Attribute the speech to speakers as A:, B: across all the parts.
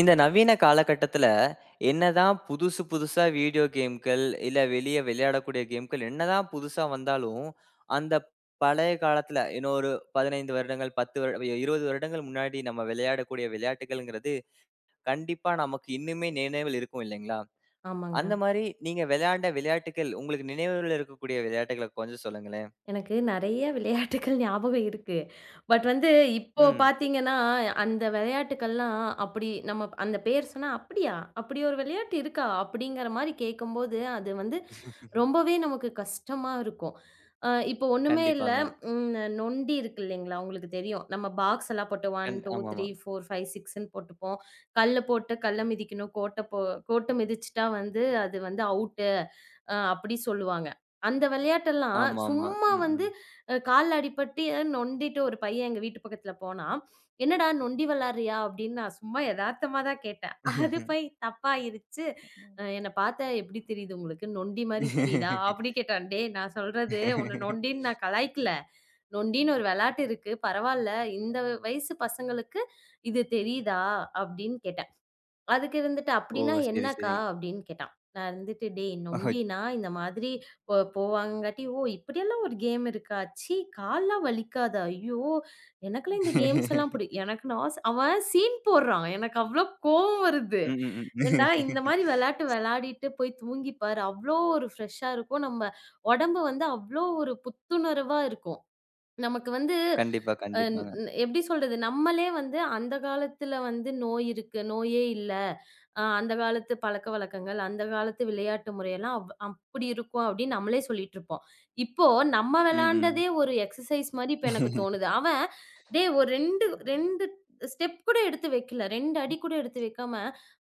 A: இந்த நவீன காலகட்டத்துல, என்னதான் புதுசு புதுசா வீடியோ கேம்கள், இல்ல வெளிய விளையாடக்கூடிய கேம்கள் என்னதான் புதுசா வந்தாலும், அந்த பழைய காலத்துல இன்னொரு 15 வருடங்கள், 10 வருட 20 வருடங்கள் முன்னாடி நம்ம விளையாடக்கூடிய விளையாட்டுகள்ங்கிறது, கண்டிப்பா நமக்கு இன்னுமே நினைவில் இருக்கும் இல்லைங்களா?
B: ஆமாங்க.
A: அந்த மாரி நீங்க விளையாண்ட விளையாட்டுகள், உங்களுக்கு நினைவுல இருக்கக்கூடிய விளையாட்டுகள கொஞ்சம் சொல்லுங்களேன்?
B: எனக்கு நெறைய விளையாட்டுக்கள் ஞாபகம் இருக்கு. பட் வந்து இப்போ
A: ம்.
B: பார்த்தீங்கன்னா, அந்த விளையாட்டுக்கள்லாம் அப்படி நம்ம அந்த பேர் சொன்னா, "அப்படியா? அப்படி ஒரு விளையாட்டு இருக்கா?" அப்படிங்கிற மாரி கேட்கும்போது, அது வந்து ரொம்பவே நமக்கு கஷ்டமா இருக்கும். இப்போ ஒண்ணுமே இல்ல.
A: கண்டிப்பாங்க.
B: நொண்டி இருக்கு இல்லைங்களா? உங்களுக்கு தெரியும். நம்ம பாக்ஸ் எல்லாம் போட்டு 1, 2, 3,
A: ஆமாமா.
B: 4, 5, 6ன்னு போட்டுப்போம். கல்ல போட்டு கல்ல மிதிக்கணும். கோட்ட மிதிச்சுட்டா வந்து அது வந்து அவுட்டு. அப்படி சொல்லுவாங்க. அந்த விளையாட்டெல்லாம்
A: ஆமாமா.
B: சும்மா
A: ம்,
B: வந்து
A: ம்.
B: கால்ல அடிபட்டு ஏதோ நொண்டிட்டு ஒரு பையன் எங்க வீட்டு பக்கத்துல போனான். "என்னடா நொண்டி விளையாடுறியா?" அப்படின்னு நான் சும்மா எதார்த்தமா தான் கேட்டேன். அது போய் தப்பாயிருச்சு. "என்ன பார்த்தா எப்படி தெரியுது உங்களுக்கு? நொண்டி மாரி தெரியுதா?" அப்படி கேட்டான். "டேய் நான் சொல்றது உன்ன நொண்டின்னு நான் கலாய்க்கல. நொண்டின்னு ஒரு விளையாட்டு இருக்கு. பரவால்ல. இந்த வயசு பசங்களுக்கு இது தெரியுதா?" அப்படின்னு கேட்டேன். அதுக்கு இருந்துட்டு,
A: ஓ!
B: "அப்படின்னா
A: சரி,
B: என்னக்கா?"
A: சரி.
B: அப்படின்னு கேட்டான். நான் இருந்துட்டு, "டேய்
A: அஹ.
B: நொண்டின்னா, இந்த மாதிரி போவாங்கங்காட்டி, ஓ! இப்படியெல்லாம் ஒரு கேம் இருக்கா? ச்சீ! கால்லாம் வலிக்காதா? ஐயோ! எனக்கெல்லாம் இந்த கேம்ஸ் எல்லாம் புடி" எனக்கு நான் அவன் சீன் போடுறான். எனக்கு அவ்ளோ கோவம் வருது.
A: ம், ம்,
B: "ஏன்டா இந்த
A: ம்.
B: மாரி விளையாட்டு விளையாடிட்டு போய் தூங்கி பாரு. அவ்ளோ ஒரு ஃப்ரெஷ்ஷா இருக்கும். நம்ம உடம்பு வந்து அவ்ளோ ஒரு புத்துணர்வா இருக்கும்." நமக்கு வந்து
A: கண்டிப்பா,
B: அ
A: கண்டிப்பாங்க.
B: ந் எப்படி சொல்றது? நம்மளே வந்து அந்த காலத்துல வந்து நோய் இருக்கு, நோயே இல்ல. அந்த காலத்து பழக்கவழக்கங்கள், அந்த காலத்து விளையாட்டு முறையெல்லாம் அப்படி இருக்கும் அப்படின்னு நம்மளே சொல்லிட்டு இருப்போம். இப்போ நம்ம
A: ம், ம்.
B: விளையாண்டதே ஒரு எக்சர்சைஸ் மாரி இப்ப எனக்கு தோணுது. அவன் டேய் ஒரு 2 ஸ்டெப் கூட எடுத்து வைக்கல. 2 அடி கூட எடுத்து வைக்காம,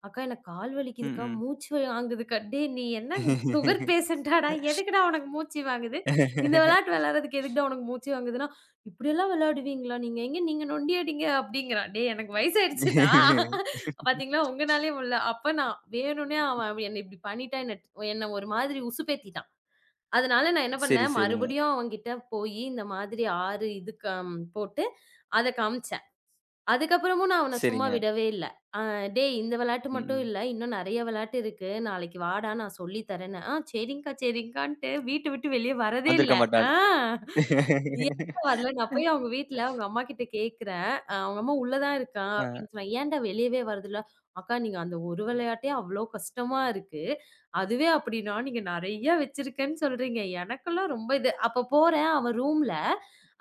B: "அக்கா எனக்கு கால்
A: ம்,
B: வலிக்குதுக்கா,
A: ம்.
B: மூச்சு வாங்குதுக்கா." டேய் நீ என்ன சுகர் பேஷண்டாடா? எதுக்குடா உனக்கு மூச்சு வாங்குது? இந்த விளையாட்டு விளையாடுறதுக்கு எதுக்குடா உனக்கு மூச்சு வாங்குதுன்னா, இப்படியெல்லாம் விளையாடுவீங்களா நீங்க? எங்க நீங்க நொண்டியடிங்க அப்படிங்கிறான். டேய் எனக்கு வயசாயிடுச்சுடா. பாத்தீங்களா உங்கனாலயே முடியல. அப்ப நான் வேணும்னே அவன் என்ன இப்படி பண்ணிட்டான். என்ன என்ன ஒரு மாதிரி உசுப்பேத்திட்டான். அதனால நான் என்ன
A: சரி,
B: பண்ணேன்,
A: சரிங்க.
B: மறுபடியும் அவன்கிட்ட போயி இந்த மாதிரி 6 இது கம் போட்டு அத காமிச்சேன். அதுக்கப்புறமும் நான் அவன சும்மா
A: சரிங்க.
B: விடவே இல்ல. அ டேய் இந்த விளையாட்டு
A: ம்,
B: மட்டும்
A: ம்.
B: இல்ல. இன்னும் நெறைய விளையாட்டு இருக்கு. நாளைக்கு வாடா நான் சொல்லி தரேன்னு. சரிங்க்கா சரிங்க்கான்ட்டு வீட்ட விட்டு வெளிய வரதே இல்ல.
A: வந்திருக்க
B: ஆ.
A: மாட்டாரு.
B: ஏன்டா வரல? நான் போய் அவங்க வீட்ல அவங்க அம்மா கிட்ட கேட்கிறேன். அவங்க அம்மா "உள்ள தான் இருக்கான்"
A: அ
B: அப்படின்னு சொன்னாங்க. "ஏன்டா வெளியவே வரதில்ல?" "அக்கா நீங்க அந்த ஒரு விளையாட்டே அவ்ளோ கஷ்டமா இருக்கு. அதுவே அப்படின்னா நீங்க நெறைய வச்சிருக்கேன்னு சொல்றீங்க. எனக்கெல்லாம் ரொம்ப இது" அப்ப போறேன் அவன் ரூம்ல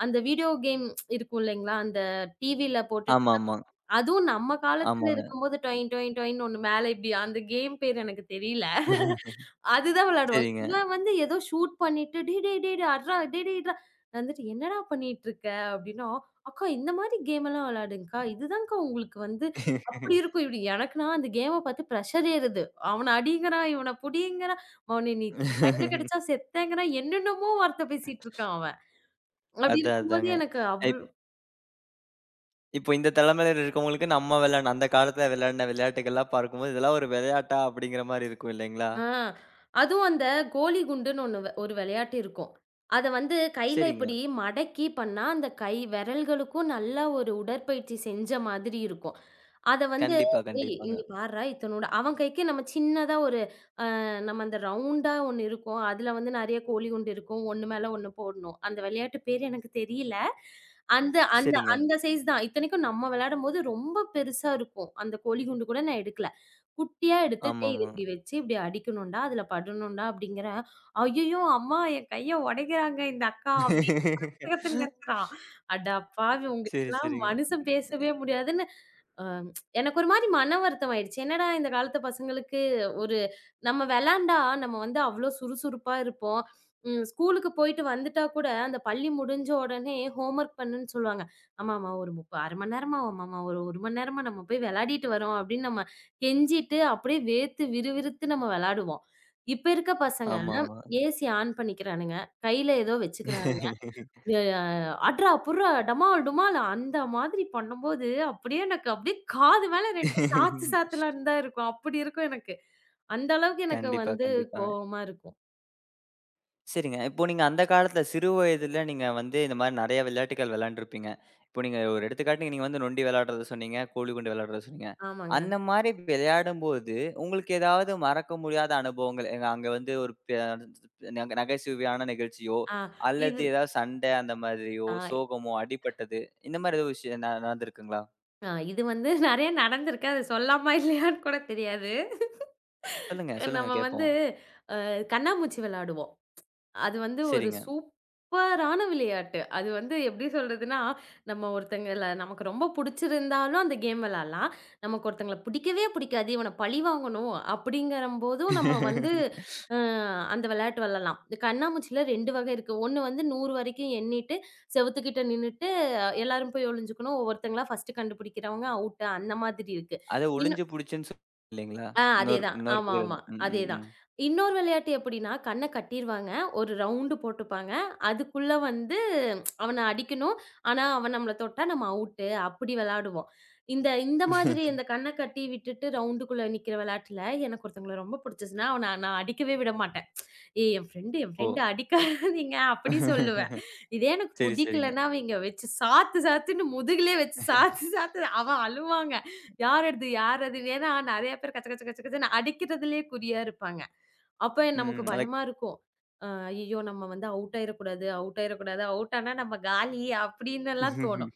B: அந்த வீடியோ கேம் இருக்கும் இல்லைங்களா? அந்த டிவில போட்டுட்டு
A: ஆமா, ஆமா.
B: அதுவும் நம்ம காலத்துல
A: ஆமாங்க.
B: இருக்கும்போது டொயின் டொயின் டொயின்னு ஒண்ணு மேல இப்படி அந்த கேம் பேர் எனக்கு தெரியல. அதுதான் விளையாடுவோம்.
A: சரிங்க.
B: இவன் வந்து ஏதோ ஷூட் பண்ணிட்டு, "டேய் டேய் டேய் டேய் அட்றா, டேய் டேய் இட்றா" நான் வந்துட்டு, "என்னடா பண்ணிட்டுருக்க?" அப்படின்னா, "அக்கா இந்த மாரி கேமெல்லாம் விளையாடுங்க்கா. இதுதான்க்கா உங்களுக்கு வந்து அப்படி இருக்கும்." இப்படி எனக்குனா அந்த கேம பார்த்து ப்ரெஷர் ஏறுது. "அவன அடிங்கிறான், இவன புடிங்கிறான், அவன நீ கையில கெடைச்சா செத்தேங்கிறான்" என்னென்னமோ வார்த்தை பேசிட்டு இருக்கான் அவன். அப்படி
A: அதான்,
B: இருக்கும்போது
A: அதாங்க.
B: எனக்கு
A: இப் இப்போ இந்த தலைமுறையில இருக்கவங்களுக்கு நம்ம விளையாண்ட அந்த காலத்துல விளையாண்ட விளையாட்டுகள்லாம் பார்க்கும்போது, இதெல்லாம் ஒரு விளையாட்டா அப்படிங்கிற மாரி இருக்கும் இல்லைங்களா?
B: ஆ. அதுவும் அந்த கோலி குண்டுன்னு ஒண்ணு ஒரு விளையாட்டு இருக்கும். அத வந்து கையில
A: சரிங்க.
B: இப்படி மடக்கி பண்ணா, அந்த கை விரல்களுக்கும் நல்லா ஒரு உடற்பயிற்சி செஞ்ச மாதிரி இருக்கும். அத வந்து
A: கண்டிப்பா,
B: "ஏய் இங்க
A: கண்டிப்பாங்க.
B: பார்றா இத்தனோண்டு" அவன் கைக்கு நம்ம சின்னதா ஒரு நம்ம அந்த ரவுண்டா ஒண்ணு இருக்கும். அதுல வந்து நெறைய கோழி குண்டு இருக்கும். ஒண்ணு மேல ஒண்ணு போடணும். அந்த விளையாட்டு பேரு எனக்கு தெரியல. அந்த அந்த
A: சரிங்க.
B: அந்த சைஸ் தான். இத்தனைக்கும் நம்ம விளையாடும்போது ரொம்ப பெருசா இருக்கும். அந்த கோழி குண்டு கூட நான் எடுக்கல. குட்டியா எடுத்து, "டேய் இது
A: ஆமாமா.
B: இப்படி வச்சு இப்படி அடிக்கணும்டா, அதுல படணும்டா" அப்படிங்கிறேன். "ஐயய்யோ! அம்மா என் கைய உடைக்கிறாங்க இந்த அக்கா." கத்துன்னு கத்துறான். அடப்பாவி!
A: சரி,
B: உங்கிட்டலாம்
A: சரிங்க.
B: மனுஷன் பேசவே முடியாதுன்னு அ எனக்கு ஒரு மாரி மன வருத்தம் ஆயிடுச்சு. என்னடா இந்த காலத்து பசங்களுக்கு ஒரு நம்ம வெளாண்டா நம்ம வந்து அவ்ளோ சுறுசுறுப்பா இருப்போம். ஸ்கூலுக்கு போயிட்டு வந்துட்டா கூட அந்த பள்ளி முடிஞ்ச உடனே ஹோம்வொர்க் பண்ணுன்னு சொல்லுவாங்க. ஆமாம்மா ஒரு முப்ப 1/2 மணி நேரமா ஆமாம்மா ஒரு 1 மணி நேரமா நம்ம போய் வெளாடிட்டு வரோம் அப்படின்னு நம்ம கெஞ்சிட்டு அப்படியே வேர்த்து விறுவிறுத்து நம்ம வெளாடுவோம். இப்ப இருக்க பசங்க
A: ஆமாமா.
B: ஏசி ஆன் பண்ணிக்கிறானுங்க. கையில ஏதோ வச்சுக்கிறானுங்க. அட்றா, புட்றா, டமால், டுமால் அந்த மாதிரி பண்ணும்போது, அப்படியே எனக்கு அப்படியே காது மேல 2 சாத்து சாத்தலான்னு தான் இருக்கும். அப்படி இருக்கும் எனக்கு. அந்த அளவுக்கு எனக்கு
A: கண்டிப்பா,
B: வந்து
A: கண்டிப்பாங்க.
B: கோவமா இருக்கும்.
A: சரிங்க. இப்போ நீங்க அந்த காலத்துல சிறு வயதுல நீங்க வந்து இந்த மாரி நெறைய விளையாட்டுகள் விளையாண்டுருப்பீங்க. இப்போ நீங்க ஒரு எடுத்துக்காட்டுக்கு நீங்க வந்து நொண்டி விளையாடுறத சொன்னீங்க, கோலி குண்டு விளையாடுறத சொன்னீங்க.
B: ஆமாங்க.
A: அந்த மாரி விளையாடும்போது உங்களுக்கு ஏதாவது மறக்க முடியாத அனுபவங்கள் அங்க வந்து ஒரு ப நகைச்சுவையான நிகழ்ச்சியோ,
B: ஆ இது
A: அல்லது ஏதாவது சண்டை அந்த மாதிரியோ,
B: ஆ
A: சோகமோ, அடிபட்டது இந்த மாரி ஏதோ விஷயம் நடந்திருக்குங்களா?
B: ஆ இது வந்து நெறைய நடந்திருக்கு. அது சொல்லாமா இல்லையான்னு கூட தெரியாது.
A: சொல்லுங்க, சொல்லுங்க
B: நம்ம வந்து
A: கேட்போம்.
B: கண்ணாமூச்சி விளையாடுவோம். அது வந்து ஒரு
A: சரிங்க.
B: சூப்பரான விளையாட்டு. அது வந்து எப்படி சொல்றதுன்னா, நம்ம ஒருத்தங்கள நமக்கு ரொம்ப புடிச்சிருந்தாலும் அந்த கேம் விளையாடலாம். நமக்கு ஒருத்தங்கள பிடிக்கவே பிடிக்காது, இவன பழி வாங்கணும் அப்படிங்கிறம்போதும் நம்ம வந்து அ அந்த விளையாட்டு விளையாடலாம். இந்த கண்ணாமூச்சியில 2 வகை இருக்கு. ஒண்ணு வந்து 100 வரைக்கும் எண்ணிட்டு, செவுத்துக்கிட்ட நின்னுட்டு எல்லாரும் போய் ஒளிஞ்சுக்கணும். ஒவ்வொருத்தங்களா ஃபர்ஸ்ட்டு கண்டுபிடிக்கிறவங்க அவுட்டு அந்த மாதிரி இருக்கு.
A: அத
B: இன்னு
A: ஒளிஞ்சு புடிச்சுன்னு சொல் இல்லைங்களா?
B: ஆ
A: இன்னொரு
B: அதேதான்.
A: இன்னொரு
B: ஆமா,
A: பேருங்க.
B: ஆமா.
A: ம், ம்,
B: அதேதான்.
A: ம்.
B: இன்னொரு விளையாட்டு எப்படின்னா, கண்ண கட்டிருவாங்க. ஒரு ரவுண்டு போட்டுப்பாங்க. அதுக்குள்ள வந்து அவன அடிக்கணும். ஆனா, அவன் நம்மள தொட்டா நம்ம அவுட்டு. அப்படி விளையாடுவோம். இந்த இந்த மாதிரி இந்த கண்ண கட்டி விட்டுட்டு ரவுண்டுக்குள்ள நிக்கிற விளையாட்டுல எனக்கு ஒருத்தவங்கள ரொம்ப புடிச்சுச்சுன்னா, அவன நான் அடிக்கவே விட மாட்டேன். ஏய் என் ஃப்ரெண்ட் என்
A: ஓ!
B: ஃப்ரெண்ட் அடிக்காதீங்க அப்படி சொல்லுவேன். இதே எனக்கு
A: சரி, சரிங்க.
B: பிடிக்கலன்னா அவைங்க வச்சு சாத்து சாத்துன்னு முதுகுலயே வச்சு சாத்து சாத்து அவன் அழுவாங்க. யார் அது யார் அது? ஏன்னா நெறைய பேர் கச்ச கச்ச கச்ச கச்சன்னு அடிக்கிறதுலயே குறியா இருப்பாங்க. அப்ப நமக்கு
A: ம். லைக்
B: பயமா இருக்கும். ஐயய்யோ! நம்ம வந்து அவுட் ஆயிறக்கூடாது, அவுட் ஆயிறக்கூடாது. அவுட் ஆனா நம்ம காலி அப்படின்னுலாம் தோணும்.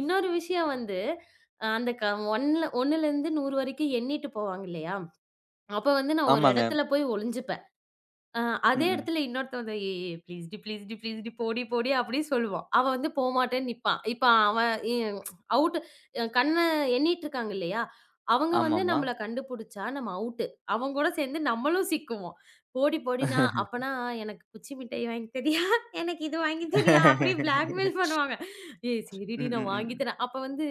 B: இன்னொரு விஷயம் வந்து அ அந்த க 1 1லேருந்து 100 வரைக்கும் எண்ணிட்டு போவாங்க இல்லையா? அப்ப வந்து நான் ஒரு
A: ஆமாங்க.
B: இடத்துல போய் ஒளிஞ்சுப்பேன். ஆ அதே
A: ம்.
B: இடத்துல இன்னொருத்தவன் வந்து, "ஏய் ஏய் ப்ளீஸ்டி, ப்ளீஸ்டி, ப்ளீஸ்டி போடி போடி" அப்படின்னு சொல்லுவான். அவன் வந்து போமாட்டேன்னு நிப்பான். இப்ப அவன் இ அவுட் கண்ண எண்ணிட்டுருக்காங்க இல்லையா? அவங்க வந்து
A: ஆமாமா.
B: நம்மள கண்டுபுடிச்சா நம்ம அவுட்டு. அவங்க கூட சேர்ந்து நம்மளும் சிக்குவோம். போடி போடின்னா, அப்பனா "எனக்கு குச்சி மிட்டாய் வாங்கி தரியா? எனக்கு இது வாங்கி தரியா?" அப்படி பிளாக்மெயில் பண்ணுவாங்க. "ஏய் சரிடி
A: ம், ம்,
B: நான் வாங்கி
A: ம்.
B: தரேன்." அப்ப வந்து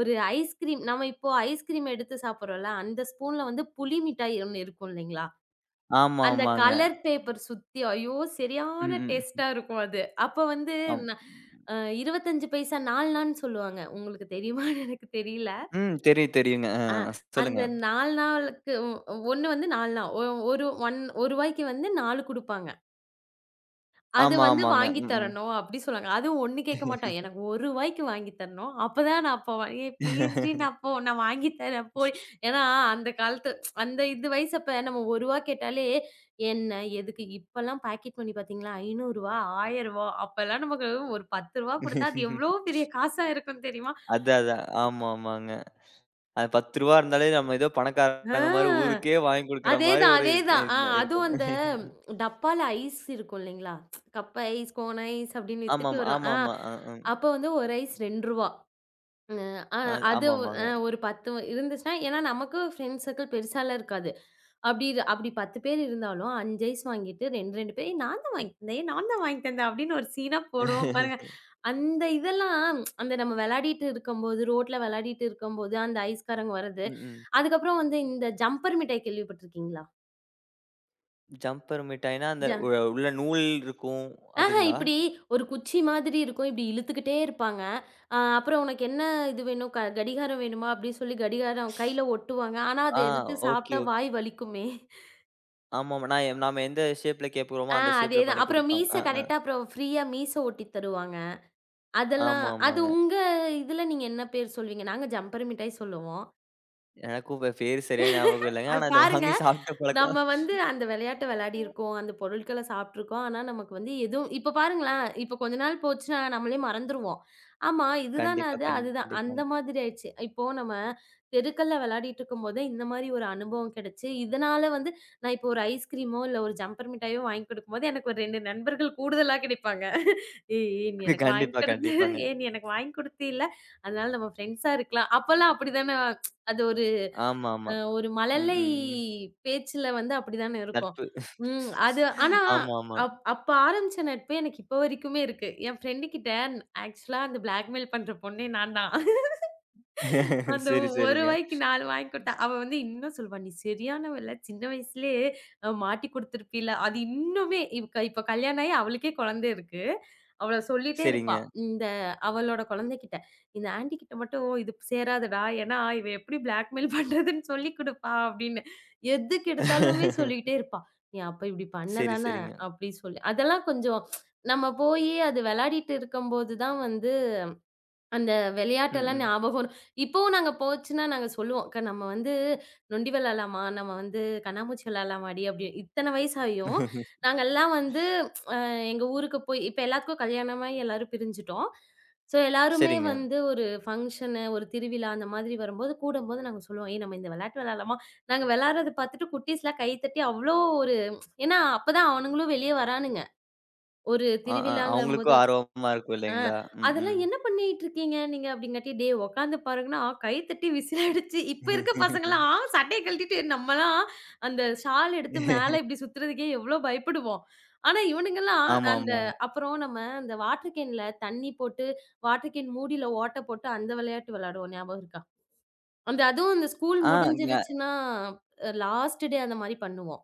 B: ஒரு ஐஸ்கிரீம் நம்ம இப்போ ஐஸ்கிரீம் எடுத்து சாப்பிடுறோம்ல, அந்த ஸ்பூன்ல வந்து புளி மிட்டாய் ஒண்ணு இருக்கும் இல்லைங்களா?
A: ஆமா,
B: அந்த
A: ஆமாங்க.
B: கலர் பேப்பர் சுத்தி, ஐயோ! சரியான
A: ம், ம்.
B: டேஸ்ட்டா இருக்கும் அது. அப்ப வந்து
A: ஆம்.
B: ந அ 25 பைசா 4ணான்னு சொல்லுவாங்க. உங்களுக்கு தெரியுமான்னு எனக்கு தெரியல.
A: ம். தெரியும், தெரியுங்க.
B: ஆ
A: அ
B: அந்த
A: சொல்லுங்க.
B: 4ணாவுக்கு ஒ 1 வந்து 4ணா. ஒரு 1 ரூ. 1 வந்து 4 குடுப்பாங்க. அது
A: ஆமா,
B: வந்து
A: ஆமாங்க.
B: வாங்கி
A: ம், ம்.
B: தரணும் அப்டி சொல்லுவாங்க. அதுவும் 1 கேட்க மாட்டான். எனக்கு ரூ. 1 வாங்கி தரணும். அப்பதான் நான் அப்போ ஏய் ப்ளீஸ் டி நான் அப்போ நான் வாங்கி தரேன் போய். ஏன்னா அந்த காலத்து அந்த இது வயசு அப்ப நம்ம ரூ. 1 கேட்டாலே என்ன எதுக்கு இப்பலாம் பாக்கெட் மணி பார்த்தீங்களா ரூ. 500 ரூ. 1000 அப்பலாம் நமக்கு ஒரு ரூ. 10 குடுத்தா அது எவ்ளோ பெரிய காசா இருக்கும் தெரியுமா?
A: அதான், அதான். ஆமா, ஆமாங்க. அது ரூ. 10 இருந்தாலே நம்ம ஏதோ
B: ஆ
A: பணக்காரங்க மாரி ஊருக்கே வாங்கி குடுக்குற மாரி
B: அதேதான்,
A: ஒரு
B: அதேதான்.
A: இது
B: அதுவும்
A: இருக்குங்க.
B: அந்த டப்பால ஐஸ் இருக்கும் இல்லைங்களா? கப் ஐஸ், கோன் ஐஸ் அப்டின்னு வித்துட்டு
A: ஆமாமா,
B: வரும்.
A: ஆமாமா. அ,
B: அப்ப வந்து ஒரு ஐஸ் ரூ. 2 அ அ
A: அ.
B: அது அ
A: ஆமாமாங்க.
B: ஒரு 10 இருந்துச்சுன்னா ஏன்னா நமக்கு ஃப்ரெண்ட்ஸ் சர்க்கிள் பெருசாலாம் இருக்காது. அப்படி 10 பேர் இருந்தாலும் 5 ஐஸ் வாங்கிட்டு 2 பேர் "ஏய், "நான் தான் வாங்கி தந்தேன். ஏய் நான் தான் வாங்கி தந்தேன்" அப்படின்னு ஒரு சீனா போடுவோம் பாருங்க. அந்த இதெல்லாம் அந்த நம்ம விளையாடிட்டு இருக்கும்போது, ரோட்ல விளையாடிட்டு இருக்கும்போது, அந்த ஐஸ்காரங்க வர்றது.
A: ம், ம்.
B: அதுக்கப்புறம் வந்து இந்த ஜம்பர் மிட்டாய் கேள்விப்பட்டுருக்கீங்களா?
A: ஜம்பர் மிட்டாய்னா, அந்த
B: ஜ
A: உள்ள நூல் இருக்கும்
B: ஆஹா!
A: அதுங்களா?
B: இப்பிடி ஒரு குச்சி மாதிரி இருக்கும். இப்பிடி இழுத்துக்கிட்டே இருப்பாங்க. அப்புறம் உனக்கு என்ன இது வேணும்? கடிகாரம் வேணுமா? அப்பிடின்னு சொல்லி கடிகாரம் கையில ஒட்டுவாங்க. ஆனா, அத
A: ஆ
B: எடுத்து
A: ஓகே,
B: சாப்பிட்டா வாய்
A: ஓகே.
B: வலிக்குமே!
A: ஆமாமா. நாம எந்த ஷேப்ல கேட்கிறோமோ, அந்த ஷேப்ல
B: அதேதான்.
A: பண்ணி
B: அப்புறம்
A: குடுப்பாங்க.
B: மீச
A: அ, அ.
B: கரெக்ட்டா அப்புறம் ஃப்ரீயா மீச ஒட்டி தருவாங்க. அதெல்லாம் அது
A: ஆமாமாங்க.
B: உங்க இதுல நீங்க என்ன பேர் சொல்லுவீங்க? நாங்க ஜம்பர் மிட்டாய் சொல்லுவோம்.
A: எனக்கும் இப்ப பேரு சரியா ஞாபகம் இல்லங்க.
B: அது
A: ஆனா இத
B: பாருங்க,
A: வாங்கி சாப்பிட்ட பழக்கம்
B: நம்ம வந்து அந்த விளையாட்ட விளையாடியிருக்கோம். அந்த பொருட்கள சாப்பிட்டுருக்கோம். ஆனா, நமக்கு வந்து எதுவும் இப்ப பாருங்களேன், இப்ப கொஞ்ச நாள் போச்சுன்னா நம்மளே மறந்துருவோம். ஆமா, இதுதானே
A: கண்டிப்பா,
B: அது, அதுதான். அந்த
A: கண்டிப்பாங்க.
B: மாதிரி ஆயிடுச்சு. இப்போ நம்ம தெருக்கள்ல விளையாடிட்டு இருக்கும்போதே இந்த மாரி ஒரு அனுபவம் கிடைச்சு, இதனால வந்து நான் இப்போ ஒரு ஐஸ்கிரீமோ, இல்ல ஒரு ஜம்பர் மிட்டாயோ வாங்கி குடுக்கும்போது எனக்கு ஒரு 2 நண்பர்கள் கூடுதலா கிடைப்பாங்க. "ஏய் நீ எனக்கு வாங்கி
A: கண்டிப்பா,
B: குடுத்து
A: கண்டிப்பாங்க.
B: ஏய் நீ எனக்கு வாங்கி குடுத்தீல்ல, அதனால நம்ம ஃப்ரெண்ட்ஸா இருக்கலாம்." அப்பல்லாம் அப்படிதானே அது ஒரு
A: ஆமாமா.
B: ஒரு
A: ம்,
B: மழலை
A: ம், ம்.
B: பேச்சுல வந்து அப்படிதானே இருக்கும்.
A: நட்பு.
B: ம். அது ஆனா
A: ஆமாமா.
B: அப்ப ஆரம்பிச்ச நட்பு எனக்கு இப்ப வரைக்குமே இருக்கு. என் ஃப்ரெண்டு கிட்ட ஆக்சுவலா அந்த பிளாக்மெயில் பண்ற பொண்ணே நான் தான். அந்த
A: சரி,
B: ஒரு
A: சரிங்க.
B: வாய்க்கு 4 வாங்கி குடுத்தா, அவ வந்து இன்னும் சொல்லுவா, "நீ சரியானவல்ல. சின்ன வயசுலயே மாட்டி குடுத்துருப்பீல்ல." அது இன்னுமே இப்ப இப்ப கல்யாணம் ஆயி அவளுக்கே குழந்தை இருக்கு. அவள சொல்லிட்டே
A: சரிங்க.
B: இருப்பா. இந்த அவளோட குழந்தைகிட்ட, "இந்த ஆன்டி கிட்ட மட்டும் இது சேராதுடா. ஏன்னா இவ எப்படி பிளாக்மெயில் பண்றதுன்னு சொல்லிக் குடுப்பா." அப்படின்னு. எதுக்கு எடுத்தாலுமே சொல்லிக்கிட்டே இருப்பா. "நீ அப்ப இப்படி பண்ண
A: சரி,
B: தான?"
A: சரிங்க.
B: அப்படி சொல்லி அதெல்லாம் கொஞ்சம் நம்ம போயி அது விளையாடிட்டு இருக்கும்போது தான் வந்து அந்த
A: ம்,
B: விளையாட்டெல்லாம்
A: ம்.
B: ஞாபகம் வரும். இப்பவும் நாங்க போச்சுன்னா நாங்க சொல்லுவோம். அக்கா நம்ம வந்து நொண்டி விளையாடலாமா? நம்ம வந்து கண்ணாமூச்சி விளையாடலாமாடி? அப்படி இத்தன வயசாயும் நாங்கெல்லாம் வந்து எங்க ஊருக்கு போய் இப்ப எல்லாத்துக்கும் கல்யாணமாயி எல்லாரும் பிரிஞ்சுட்டோம். ஸோ எல்லாருமே
A: சரிங்க.
B: வந்து ஒரு ஃபங்ஷனு, ஒரு திருவிழா அந்த மாதிரி வரும்போது, கூடும்போது நாங்க சொல்லுவோம். "ஏய் நம்ம இந்த விளையாட்டு விளையாடலாமா?" நாங்க விளையாடுறத பார்த்துட்டு குட்டீஸ்லாம் கை தட்டி அவ்ளோ ஒரு ஏன்னா அப்பதான் அவனுங்களும் வெளிய வரானுங்க. ஒரு
A: அ, அ.
B: திருவிழாங்கும்போது
A: அவங்களுக்கும் ஆர்வமா இருக்கும்
B: ஆ
A: இல்லைங்களா? ம்,
B: அதெல்லாம்
A: ம்.
B: என்ன பண்ணிட்டு இருக்கீங்க நீங்க? அப்படிங்காட்டி, "டேய் உட்காந்து பாருங்கன்னா" கை தட்டி விசில் அடிச்சு இப்ப இருக்க பசங்கலாம் சட்டைய கழட்டிட்டு நம்மலாம் அந்த ஷால் எடுத்து மேல இப்படி சுத்துறதுக்கே எவ்வளோ பயப்படுவோம். ஆனா இவனுங்கலாம்
A: ஆமா,
B: அந்த
A: ஆமாங்க.
B: அப்புறம் நம்ம அந்த வாட்டர் கேன்ல தண்ணி போட்டு, வாட்டர் கேன் மூடியில ஓட்ட போட்டு அந்த விளையாட்டு விளையாடுவோம். ஞாபகம் இருக்கா? அந்த அதுவும் அந்த ஸ்கூல்
A: ஆ இங்க
B: முடிஞ்சிருச்சுன்னா லாஸ்ட் டே அந்த மாரி பண்ணுவோம்.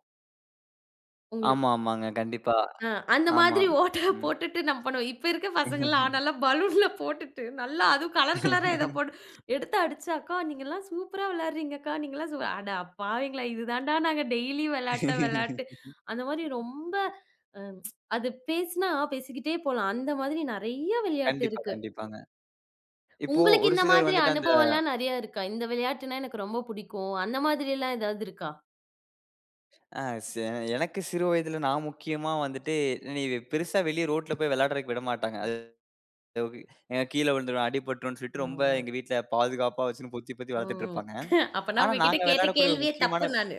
B: உங்களுக்கு
A: ஆமா, ஆமாங்க. கண்டிப்பா.
B: அந்த
A: ஆமா.
B: மாதிரி ஓட்ட
A: ம்.
B: போட்டுட்டு நம்ம பண்ணுவோம். இப்ப இருக்க பசங்கள்லாம் நல்லா பலூன்ல போட்டுட்டு, நல்லா அதுவும் கலர் கலரா ஏதோ போட்டு எடுத்து அடிச்சு, "அக்கா நீங்கலாம் சூப்பரா விளையாடுறீங்கக்கா. நீங்கலாம் சூ" அட பாவிங்களா! இதுதான்டா நாங்க டெய்லி விளையாட்ட விளையாட்டு. அந்த மாதிரி ரொம்ப அ அது பேசினா பேசிக்கிட்டே போலாம். அந்த மாதிரி நெறைய விளையாட்டு
A: கண்டிப்பா,
B: இருக்கு.
A: கண்டிப்பாங்க. இப்போ
B: உங்களுக்கு
A: ஒரு
B: இந்த
A: சிலர்
B: மாதிரி
A: வந்துட்டு அந்த
B: அனுபவம்லாம் நெறையா இருக்கா? இந்த விளையாட்டுனா எனக்கு ரொம்ப பிடிக்கும். அந்த மாதிரிலாம் ஏதாவது இருக்கா?
A: அ செ எனக்கு சிறு வயதில நான் முக்கியமா வந்துட்டு நீ பெருசா வெளிய ரோட்ல போய் விளையாடுறதுக்கு விடமாட்டாங்க. அது கீழ விழுந்துருவேன், அடிபட்டுரும்ன்னு சொல்லிட்டு ரொம்ப
B: ம்,
A: எங்க வீட்ல பாதுகாப்பா வச்சுன்னு பொத்தி பொத்தி வளர்த்துட்டு
B: ம்.
A: இருப்பாங்க.
B: அப்பனா
A: ஆனா,
B: உங்ககிட்ட
A: நாங்க
B: கேட்ட
A: விளையாடக்கூடிய ஒரு
B: கேள்வியே
A: முக்கியமான
B: தப்பு நானு.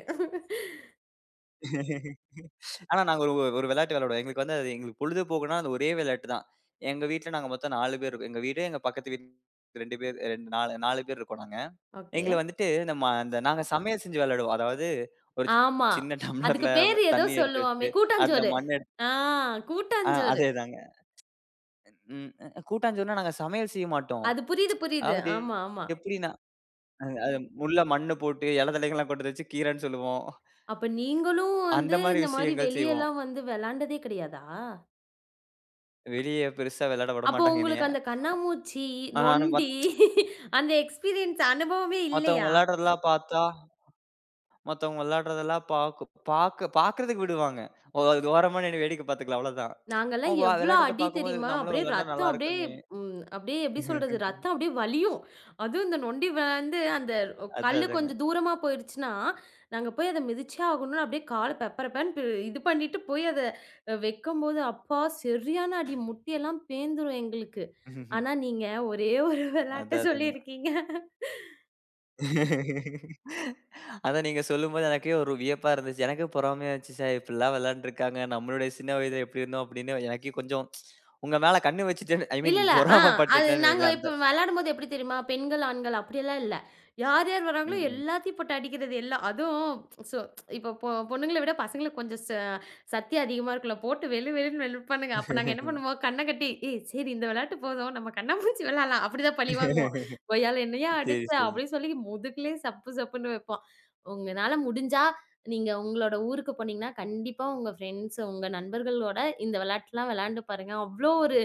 A: ஆனா நாங்க ஒரு ஒரு விளையாட்டு விளையாடுவோம். எங்களுக்கு வந்து அது எங்களுக்கு பொழுதுபோக்குன்னா, அது ஒரே விளையாட்டு தான். எங்க வீட்ல நாங்க மொத்தம் 4 பேர் இருக்கோம். எங்க வீடு, எங்க பக்கத்து வீடு 2 பேர் 2 4 4 பேர் இருக்கோம் நாங்க.
B: ஓகே.
A: எங்கள வந்துட்டு நம்ம அந்த நாங்க சமையல் செஞ்சு விளையாடுவோம். அதாவது ஒரு
B: ஆமா.
A: சின்ன
B: அதுக்கு
A: டம்ளர்ல
B: பேரு ஏதோ
A: தண்ணி எடுத்து
B: சொல்லுவோமே!
A: வச்சுட்டு, அதுல
B: கூட்டாஞ்சோறு.
A: மண் எடுத்து
B: ஆ
A: ஆ
B: கூட்டாஞ்சோறு.
A: அதேதாங்க. ம் கூட்டாஞ்சோறுனா நாங்க சமையல் செய்ய மாட்டோம்.
B: அது புரியுது, புரியுது.
A: அதாவது
B: ஆமா, ஆமா.
A: எப்படின்னா, அ அது உள்ள மண்ணு போட்டு இல தழைகள்லாம் கொண்டு வச்சு கீரைன்னு சொல்லுவோம்.
B: அப்ப நீங்களும்
A: அந்த
B: வந்து
A: மாரி
B: இந்த மாரி
A: விஷயங்கள் செய்வோம்.
B: வெளியலாம் வந்து விளாண்டதே கிடையாதா?
A: வெளிய பெருசா விளையாட விட
B: அப்போ
A: மாட்டாங்க என்னைய.
B: உங்களுக்கு அந்த கண்ணாமூச்சி,
A: ஆனா
B: நொண்டி அந்த எக்ஸ்பீரியன்ஸ் அனுபவமே
A: மத்தவங்க
B: இல்லையா?
A: விளையாடுறதெல்லாம் பார்த்தா மத்தவங்க விளையாடுறதெல்லாம் பாக்கு பாக்க பாக்குறதுக்கு விடுவாங்க. ஓ அது ஓரமா நின்னு வேடிக்கை பார்த்துக்கலாம் அவ்வளோதான்.
B: நாங்கலாம்
A: அவங்க
B: எவ்ளோ
A: விளையாடுறத
B: அடி
A: பார்க்கும்போது
B: தெரியுமா?
A: நம்மளும்
B: அப்படியே
A: விளையாண்டா
B: ரத்தம்
A: நல்லா
B: அப்படியே
A: இருக்குமே!
B: அப்படியே எப்படி சொல்றது? ரத்தம் அப்படியே வலியும். அதுவும் இந்த நொண்டி விழுந்து அந்த
A: அது
B: கல்லு
A: அதாங்க.
B: கொஞ்சம் தூரமா போயிருச்சுன்னா, நாங்க போய் அத மிதிச்சே ஆகணும்னு அப்படியே கால பெப்பரப்பேன்னு இது பண்ணிட்டு போய் அத வைக்கும்போது, அப்பா! சரியான அடி முட்டியெல்லாம் பேந்துரும் எங்களுக்கு. ஆனா, நீங்க ஒரே ஒரு விளையாட்ட
A: அது அதாங்க.
B: சொல்லியிருக்கீங்க.
A: அதான் நீங்க சொல்லும்போது எனக்கே ஒரு வியப்பா இருந்துச்சு. எனக்கே பொறாமையா இருந்துச்சு. "ச்சே! இப்படிலாம் விளையாண்டுருக்காங்க. நம்மளுடைய சின்ன வயதில எப்படி இருந்தோம்?" அப்படின்னு எனக்கே கொஞ்சம் உங்க மேல கண்ணு வச்சுட்டேன்னு ஐ
B: இல்ல,
A: மீன்
B: இல்ல. அது
A: பொறாமப்பட்டுட்டேன்னு
B: நாங்க
A: வைங்களேன்.
B: இப்ப
A: அந்த
B: விளையாடும்போது எப்படி தெரியுமா? பெண்கள், ஆண்கள் அப்படியெல்லாம் இல்ல. யார் யார்
A: ம்,
B: வராங்களோ
A: ம்.
B: எல்லாத்தையும் போட்டு அடிக்கிறது எல்லாம். அதுவும் சோ இப்போ பொண்ணுங்கள விட பசங்களுக்கு கொஞ்சம் சத்தி அதிகமா இருக்குல்ல. போட்டு வெளு வெளுன்னு வெளுப்பானுங்க. அப்ப நாங்க என்ன பண்ணுவோம், கண்ண கட்டி, "ஏய் சரி இந்த விளையாட்டு போதும். நம்ம கண்ணாமூச்சி விளையாடலாம்." அப்படிதான் பழி வாங்குவோம். "கொய்யால என்னையா
A: சரி,
B: அடிச்ச?"
A: சரிங்க.
B: அப்படின்னு சொல்லி முதுகுலயே சப்பு சப்புன்னு வைப்போம். உங்கனால முடிஞ்சா நீங்க உங்களோட ஊருக்கு போனீங்கன்னா, கண்டிப்பா உங்க ஃப்ரெண்ட்ஸ், உங்க நண்பர்களோட இந்த விளையாட்டுலாம் விளையாண்டு பாருங்க. அவ்ளோ ஒரு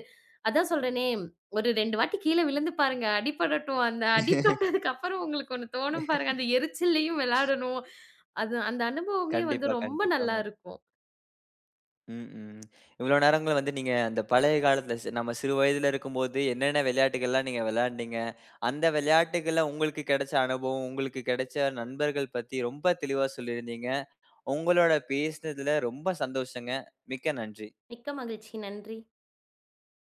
B: அதான் சொல்றேனே, ஒரு 2 வாட்டி கீழ விழுந்து பாருங்க. அடிபடட்டும். அந்த அடிபட்டதுக்கு அப்புறம் உங்களுக்கு ஒண்ணு தோணும் பாருங்க. அந்த எரிச்சல்லயும் விளையாடணும். அது அந்த அனுபவமே வந்து
A: கண்டிப்பா,
B: ரொம்ப நல்லா
A: கண்டிப்பாங்க.
B: இருக்கும்.
A: ம், ம். இவ்வளோ நேரங்கள வந்து நீங்க அந்த பழைய காலத்துல நம்ம சிறு வயதில இருக்கும்போது என்னென்ன விளையாட்டுகள்லாம் நீங்க விளையாண்டீங்க? அந்த விளையாட்டுகள்ல உங்களுக்கு கிடைச்ச அனுபவம், உங்களுக்கு கிடைச்ச நண்பர்கள் பத்தி ரொம்ப தெளிவா சொல்லியிருந்தீங்க. உங்களோட பேசினதுல ரொம்ப சந்தோஷங்க. மிக்க நன்றி.
B: மிக்க மகிழ்ச்சி. நன்றி.